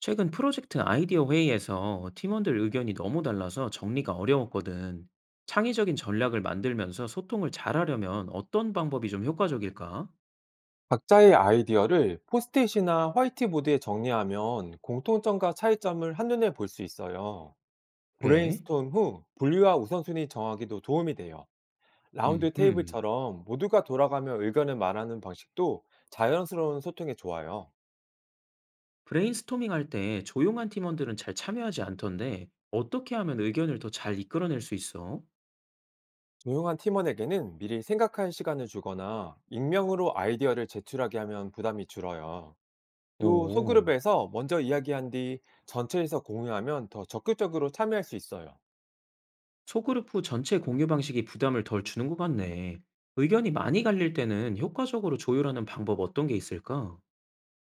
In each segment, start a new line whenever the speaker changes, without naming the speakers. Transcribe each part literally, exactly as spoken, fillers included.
최근 프로젝트 아이디어 회의에서 팀원들 의견이 너무 달라서 정리가 어려웠거든. 창의적인 전략을 만들면서 소통을 잘하려면 어떤 방법이 좀 효과적일까?
각자의 아이디어를 포스트잇이나 화이트보드에 정리하면 공통점과 차이점을 한눈에 볼 수 있어요.
그래?
브레인스톰 후 분류와 우선순위 정하기도 도움이 돼요. 라운드
음,
테이블처럼 모두가 돌아가며 의견을 말하는 방식도 자연스러운 소통에 좋아요.
브레인스토밍 할 때 조용한 팀원들은 잘 참여하지 않던데 어떻게 하면 의견을 더 잘 이끌어낼 수 있어?
조용한 팀원에게는 미리 생각할 시간을 주거나 익명으로 아이디어를 제출하게 하면 부담이 줄어요. 또
오,
소그룹에서 먼저 이야기한 뒤 전체에서 공유하면 더 적극적으로 참여할 수 있어요.
소그룹 후 전체 공유 방식이 부담을 덜 주는 것 같네. 의견이 많이 갈릴 때는 효과적으로 조율하는 방법 어떤 게 있을까?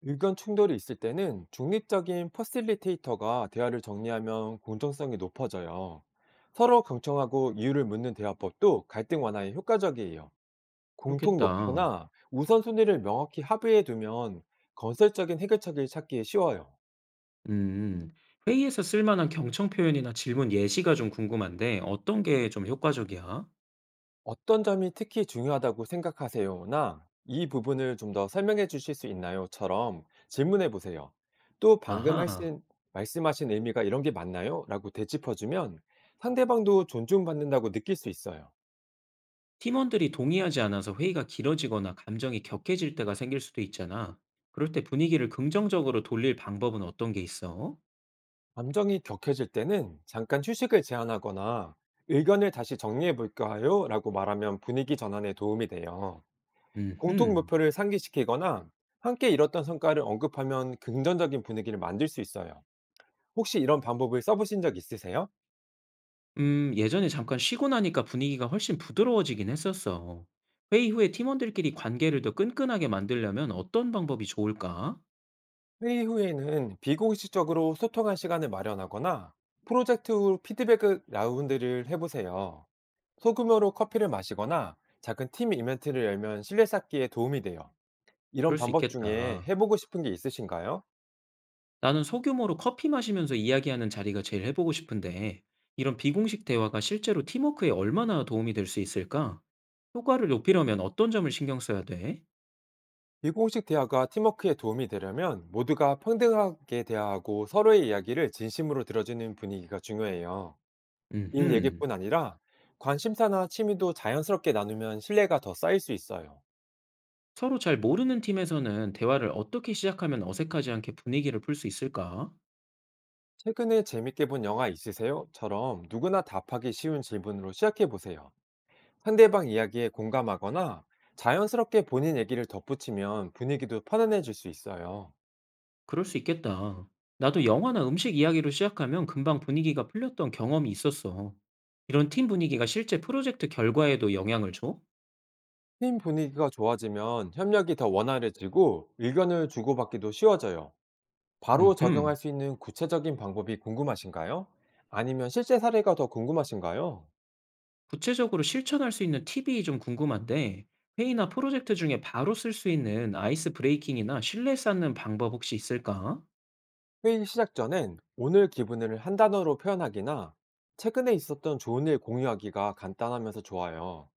의견 충돌이 있을 때는 중립적인 퍼실리테이터가 대화를 정리하면 공정성이 높아져요. 서로 경청하고 이유를 묻는 대화법도 갈등 완화에 효과적이에요. 공통
그렇겠다.
목표나 우선순위를 명확히 합의해 두면 건설적인 해결책을 찾기 쉬워요.
음. 회의에서 쓸 만한 경청 표현이나 질문 예시가 좀 궁금한데 어떤 게 좀 효과적이야?
"어떤 점이 특히 중요하다고 생각하세요?"나 "이 부분을 좀 더 설명해 주실 수 있나요?"처럼 질문해 보세요. 또 "방금
아하.
하신 말씀하신 의미가 이런 게 맞나요?"라고 되짚어 주면 상대방도 존중받는다고 느낄 수 있어요.
팀원들이 동의하지 않아서 회의가 길어지거나 감정이 격해질 때가 생길 수도 있잖아. 그럴 때 분위기를 긍정적으로 돌릴 방법은 어떤 게 있어?
감정이 격해질 때는 잠깐 휴식을 제안하거나 "의견을 다시 정리해 볼까요?"라고 말하면 분위기 전환에 도움이 돼요. 공통
음흠.
목표를 상기시키거나 함께 이뤘던 성과를 언급하면 긍정적인 분위기를 만들 수 있어요. 혹시 이런 방법을 써보신 적 있으세요?
음, 예전에 잠깐 쉬고 나니까 분위기가 훨씬 부드러워지긴 했었어. 회의 후에 팀원들끼리 관계를 더 끈끈하게 만들려면 어떤 방법이 좋을까?
회의 후에는 비공식적으로 소통할 시간을 마련하거나 프로젝트 후 피드백 라운드를 해보세요. 소규모로 커피를 마시거나 작은 팀 이벤트를 열면 신뢰 쌓기에 도움이 돼요. 이런
그럴 수
방법 중에
있겠다.
해보고 싶은 게 있으신가요?
나는 소규모로 커피 마시면서 이야기하는 자리가 제일 해보고 싶은데, 이런 비공식 대화가 실제로 팀워크에 얼마나 도움이 될 수 있을까? 효과를 높이려면 어떤 점을 신경 써야 돼?
비공식 대화가 팀워크에 도움이 되려면 모두가 평등하게 대화하고 서로의 이야기를 진심으로 들어주는 분위기가 중요해요. 일
음흠.
얘기뿐 아니라 관심사나 취미도 자연스럽게 나누면 신뢰가 더 쌓일 수 있어요.
서로 잘 모르는 팀에서는 대화를 어떻게 시작하면 어색하지 않게 분위기를 풀 수 있을까?
"최근에 재밌게 본 영화 있으세요?" 처럼 누구나 답하기 쉬운 질문으로 시작해 보세요. 상대방 이야기에 공감하거나 자연스럽게 본인 얘기를 덧붙이면 분위기도 편안해질 수 있어요.
그럴 수 있겠다. 나도 영화나 음식 이야기로 시작하면 금방 분위기가 풀렸던 경험이 있었어. 이런 팀 분위기가 실제 프로젝트 결과에도 영향을 줘?
팀 분위기가 좋아지면 협력이 더 원활해지고 의견을 주고받기도 쉬워져요. 바로
음흠.
적용할 수 있는 구체적인 방법이 궁금하신가요? 아니면 실제 사례가 더 궁금하신가요?
구체적으로 실천할 수 있는 팁이 좀 궁금한데, 회의나 프로젝트 중에 바로 쓸 수 있는 아이스 브레이킹이나 신뢰 쌓는 방법 혹시 있을까?
회의 시작 전엔 오늘 기분을 한 단어로 표현하기나 최근에 있었던 좋은 일 공유하기가 간단하면서 좋아요.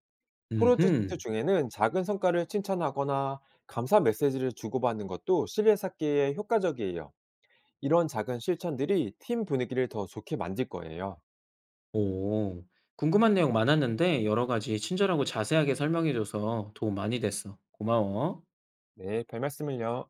음흠.
프로젝트 중에는 작은 성과를 칭찬하거나 감사 메시지를 주고받는 것도 신뢰 쌓기에 효과적이에요. 이런 작은 실천들이 팀 분위기를 더 좋게 만들 거예요.
오, 궁금한 내용 많았는데 여러 가지 친절하고 자세하게 설명해줘서 도움 많이 됐어. 고마워.
네, 별 말씀을요.